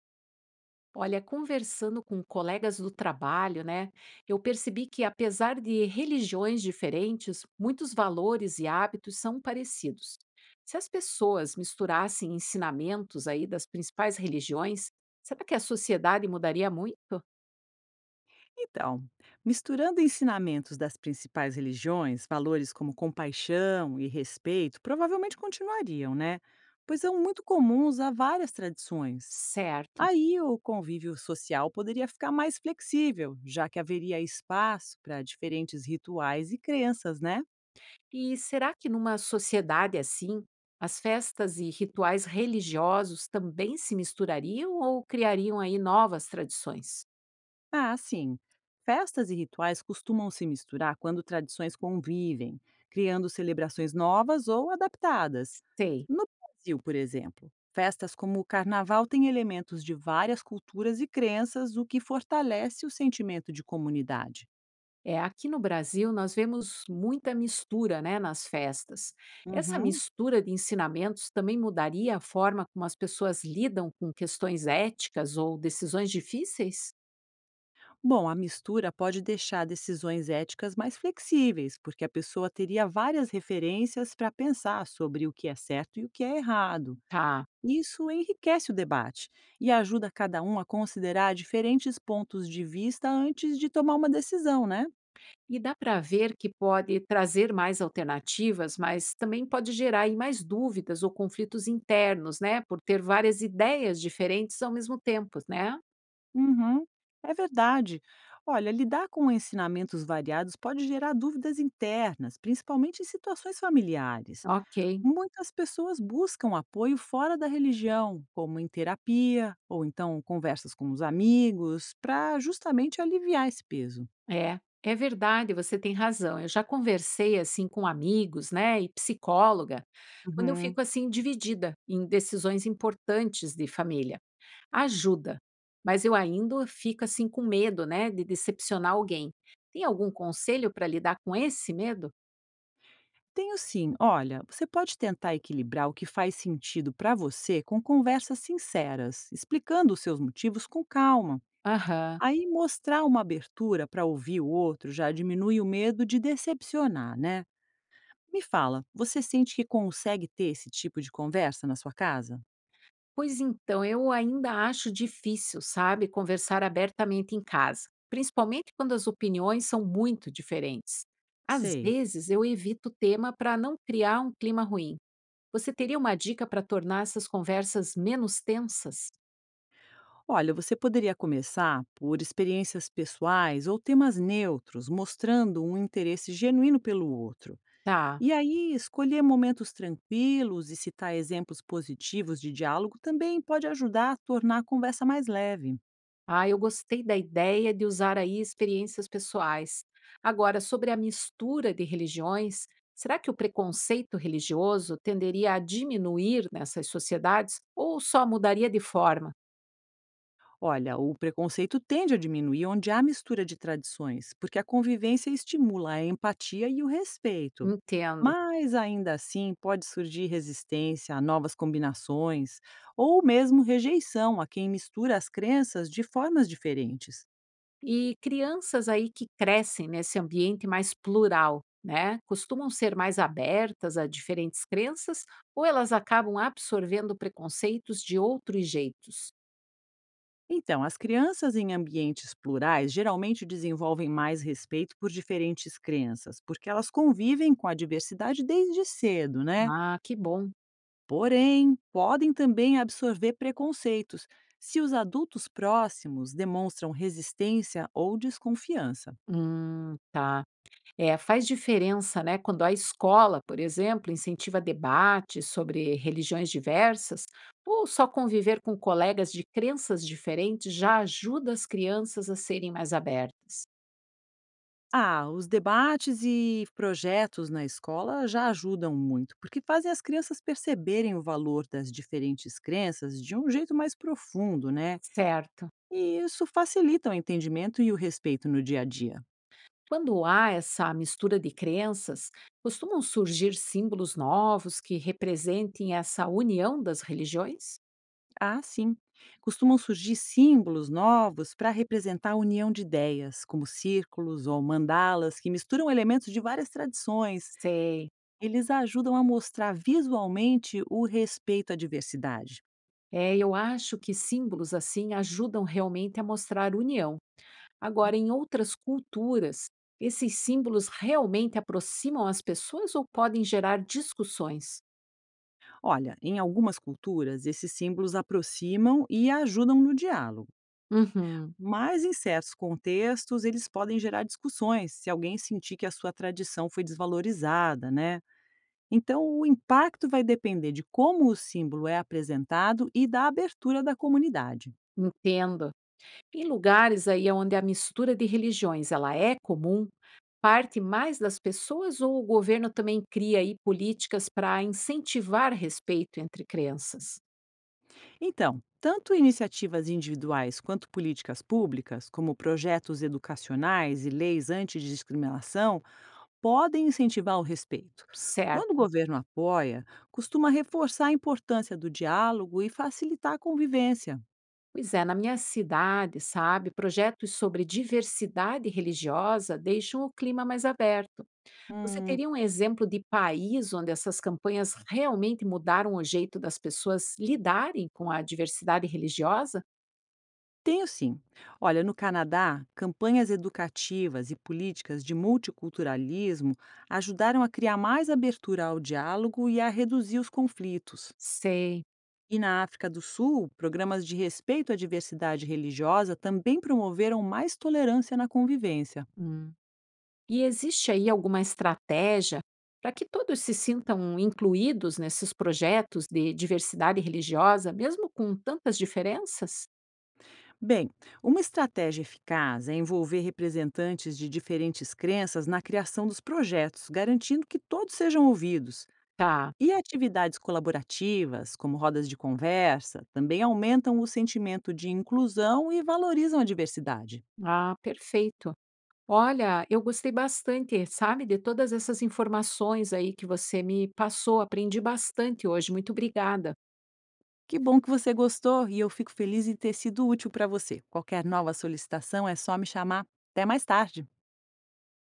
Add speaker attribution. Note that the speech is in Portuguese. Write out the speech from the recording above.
Speaker 1: Olha, conversando com colegas do trabalho, né, eu percebi que, apesar de religiões diferentes, muitos valores e hábitos são parecidos. Se as pessoas misturassem ensinamentos aí das principais religiões, será que a sociedade mudaria muito?
Speaker 2: Então, misturando ensinamentos das principais religiões, valores como compaixão e respeito provavelmente continuariam, né? Pois é muito comum usar várias tradições.
Speaker 1: Certo.
Speaker 2: Aí o convívio social poderia ficar mais flexível, já que haveria espaço para diferentes rituais e crenças, né?
Speaker 1: E será que numa sociedade assim, as festas e rituais religiosos também se misturariam ou criariam aí novas tradições?
Speaker 2: Ah, sim. Festas e rituais costumam se misturar quando tradições convivem, criando celebrações novas ou adaptadas.
Speaker 1: Sei.
Speaker 2: No Brasil, por exemplo, festas como o carnaval têm elementos de várias culturas e crenças, o que fortalece o sentimento de comunidade.
Speaker 1: É, aqui no Brasil nós vemos muita mistura, né, nas festas. Essa
Speaker 2: Uhum.
Speaker 1: mistura de ensinamentos também mudaria a forma como as pessoas lidam com questões éticas ou decisões difíceis?
Speaker 2: Bom, a mistura pode deixar decisões éticas mais flexíveis, porque a pessoa teria várias referências para pensar sobre o que é certo e o que é errado.
Speaker 1: Tá.
Speaker 2: Isso enriquece o debate e ajuda cada um a considerar diferentes pontos de vista antes de tomar uma decisão, né?
Speaker 1: E dá para ver que pode trazer mais alternativas, mas também pode gerar aí mais dúvidas ou conflitos internos, né, por ter várias ideias diferentes ao mesmo tempo, né?
Speaker 2: Uhum, é verdade. Olha, lidar com ensinamentos variados pode gerar dúvidas internas, principalmente em situações familiares.
Speaker 1: OK.
Speaker 2: Muitas pessoas buscam apoio fora da religião, como em terapia ou então conversas com os amigos, para justamente aliviar esse peso.
Speaker 1: É, é verdade, você tem razão. Eu já conversei assim com amigos, né, e psicóloga, quando eu
Speaker 2: Uhum.
Speaker 1: fico assim dividida em decisões importantes de família. Ajuda, mas eu ainda fico assim com medo, né, de decepcionar alguém. Tem algum conselho para lidar com esse medo?
Speaker 2: Tenho sim. Olha, você pode tentar equilibrar o que faz sentido para você com conversas sinceras, explicando os seus motivos com calma.
Speaker 1: Aham.
Speaker 2: Aí mostrar uma abertura para ouvir o outro já diminui o medo de decepcionar, né? Me fala, você sente que consegue ter esse tipo de conversa na sua casa?
Speaker 1: Pois então, eu ainda acho difícil, sabe, conversar abertamente em casa, principalmente quando as opiniões são muito diferentes. Às
Speaker 2: Sei.
Speaker 1: vezes, eu evito o tema para não criar um clima ruim. Você teria uma dica para tornar essas conversas menos tensas?
Speaker 2: Olha, você poderia começar por experiências pessoais ou temas neutros, mostrando um interesse genuíno pelo outro.
Speaker 1: Tá.
Speaker 2: E aí, escolher momentos tranquilos e citar exemplos positivos de diálogo também pode ajudar a tornar a conversa mais leve.
Speaker 1: Ah, eu gostei da ideia de usar aí experiências pessoais. Agora, sobre a mistura de religiões, será que o preconceito religioso tenderia a diminuir nessas sociedades ou só mudaria de forma?
Speaker 2: Olha, o preconceito tende a diminuir onde há mistura de tradições, porque a convivência estimula a empatia e o respeito.
Speaker 1: Entendo.
Speaker 2: Mas ainda assim, pode surgir resistência a novas combinações ou mesmo rejeição a quem mistura as crenças de formas diferentes.
Speaker 1: E crianças aí que crescem nesse ambiente mais plural, né? Costumam ser mais abertas a diferentes crenças ou elas acabam absorvendo preconceitos de outros jeitos?
Speaker 2: Então, as crianças em ambientes plurais geralmente desenvolvem mais respeito por diferentes crenças, porque elas convivem com a diversidade desde cedo, né?
Speaker 1: Ah, que bom.
Speaker 2: Porém, podem também absorver preconceitos se os adultos próximos demonstram resistência ou desconfiança.
Speaker 1: Tá. É, faz diferença, né? Quando a escola, por exemplo, incentiva debates sobre religiões diversas, ou só conviver com colegas de crenças diferentes já ajuda as crianças a serem mais abertas.
Speaker 2: Ah, os debates e projetos na escola já ajudam muito, porque fazem as crianças perceberem o valor das diferentes crenças de um jeito mais profundo, né?
Speaker 1: Certo.
Speaker 2: E isso facilita o entendimento e o respeito no dia a dia.
Speaker 1: Quando há essa mistura de crenças, costumam surgir símbolos novos que representem essa união das religiões?
Speaker 2: Ah, sim. Costumam surgir símbolos novos para representar a união de ideias, como círculos ou mandalas, que misturam elementos de várias tradições.
Speaker 1: Sei.
Speaker 2: Eles ajudam a mostrar visualmente o respeito à diversidade.
Speaker 1: É, eu acho que símbolos assim ajudam realmente a mostrar união. Agora, em outras culturas, esses símbolos realmente aproximam as pessoas ou podem gerar discussões?
Speaker 2: Olha, em algumas culturas, esses símbolos aproximam e ajudam no diálogo.
Speaker 1: Uhum,
Speaker 2: Mas em certos contextos, eles podem gerar discussões se alguém sentir que a sua tradição foi desvalorizada, né? Então, o impacto vai depender de como o símbolo é apresentado e da abertura da comunidade.
Speaker 1: entendo. Em lugares aí onde a mistura de religiões ela é comum, parte mais das pessoas ou o governo também cria aí políticas para incentivar respeito entre crianças?
Speaker 2: Então, tanto iniciativas individuais quanto políticas públicas, como projetos educacionais e leis antidiscriminação, podem incentivar o respeito. Quando o
Speaker 1: Certo.
Speaker 2: governo apoia, costuma reforçar a importância do diálogo e facilitar a convivência.
Speaker 1: Pois é, na minha cidade, sabe, projetos sobre diversidade religiosa deixam o clima mais aberto. Você
Speaker 2: Hum.
Speaker 1: teria um exemplo de país onde essas campanhas realmente mudaram o jeito das pessoas lidarem com a diversidade religiosa?
Speaker 2: Tenho sim. Olha, no Canadá, campanhas educativas e políticas de multiculturalismo ajudaram a criar mais abertura ao diálogo e a reduzir os conflitos.
Speaker 1: Sei.
Speaker 2: E na África do Sul, programas de respeito à diversidade religiosa também promoveram mais tolerância na convivência.
Speaker 1: Hum. E existe aí alguma estratégia para que todos se sintam incluídos nesses projetos de diversidade religiosa, mesmo com tantas diferenças?
Speaker 2: Bem, uma estratégia eficaz é envolver representantes de diferentes crenças na criação dos projetos, garantindo que todos sejam ouvidos.
Speaker 1: Tá.
Speaker 2: E atividades colaborativas, como rodas de conversa, também aumentam o sentimento de inclusão e valorizam a diversidade.
Speaker 1: Ah, perfeito. Olha, eu gostei bastante, sabe, de todas essas informações aí que você me passou. Aprendi bastante hoje. Muito obrigada.
Speaker 2: Que bom que você gostou e eu fico feliz em ter sido útil para você. Qualquer nova solicitação é só me chamar. Até mais tarde!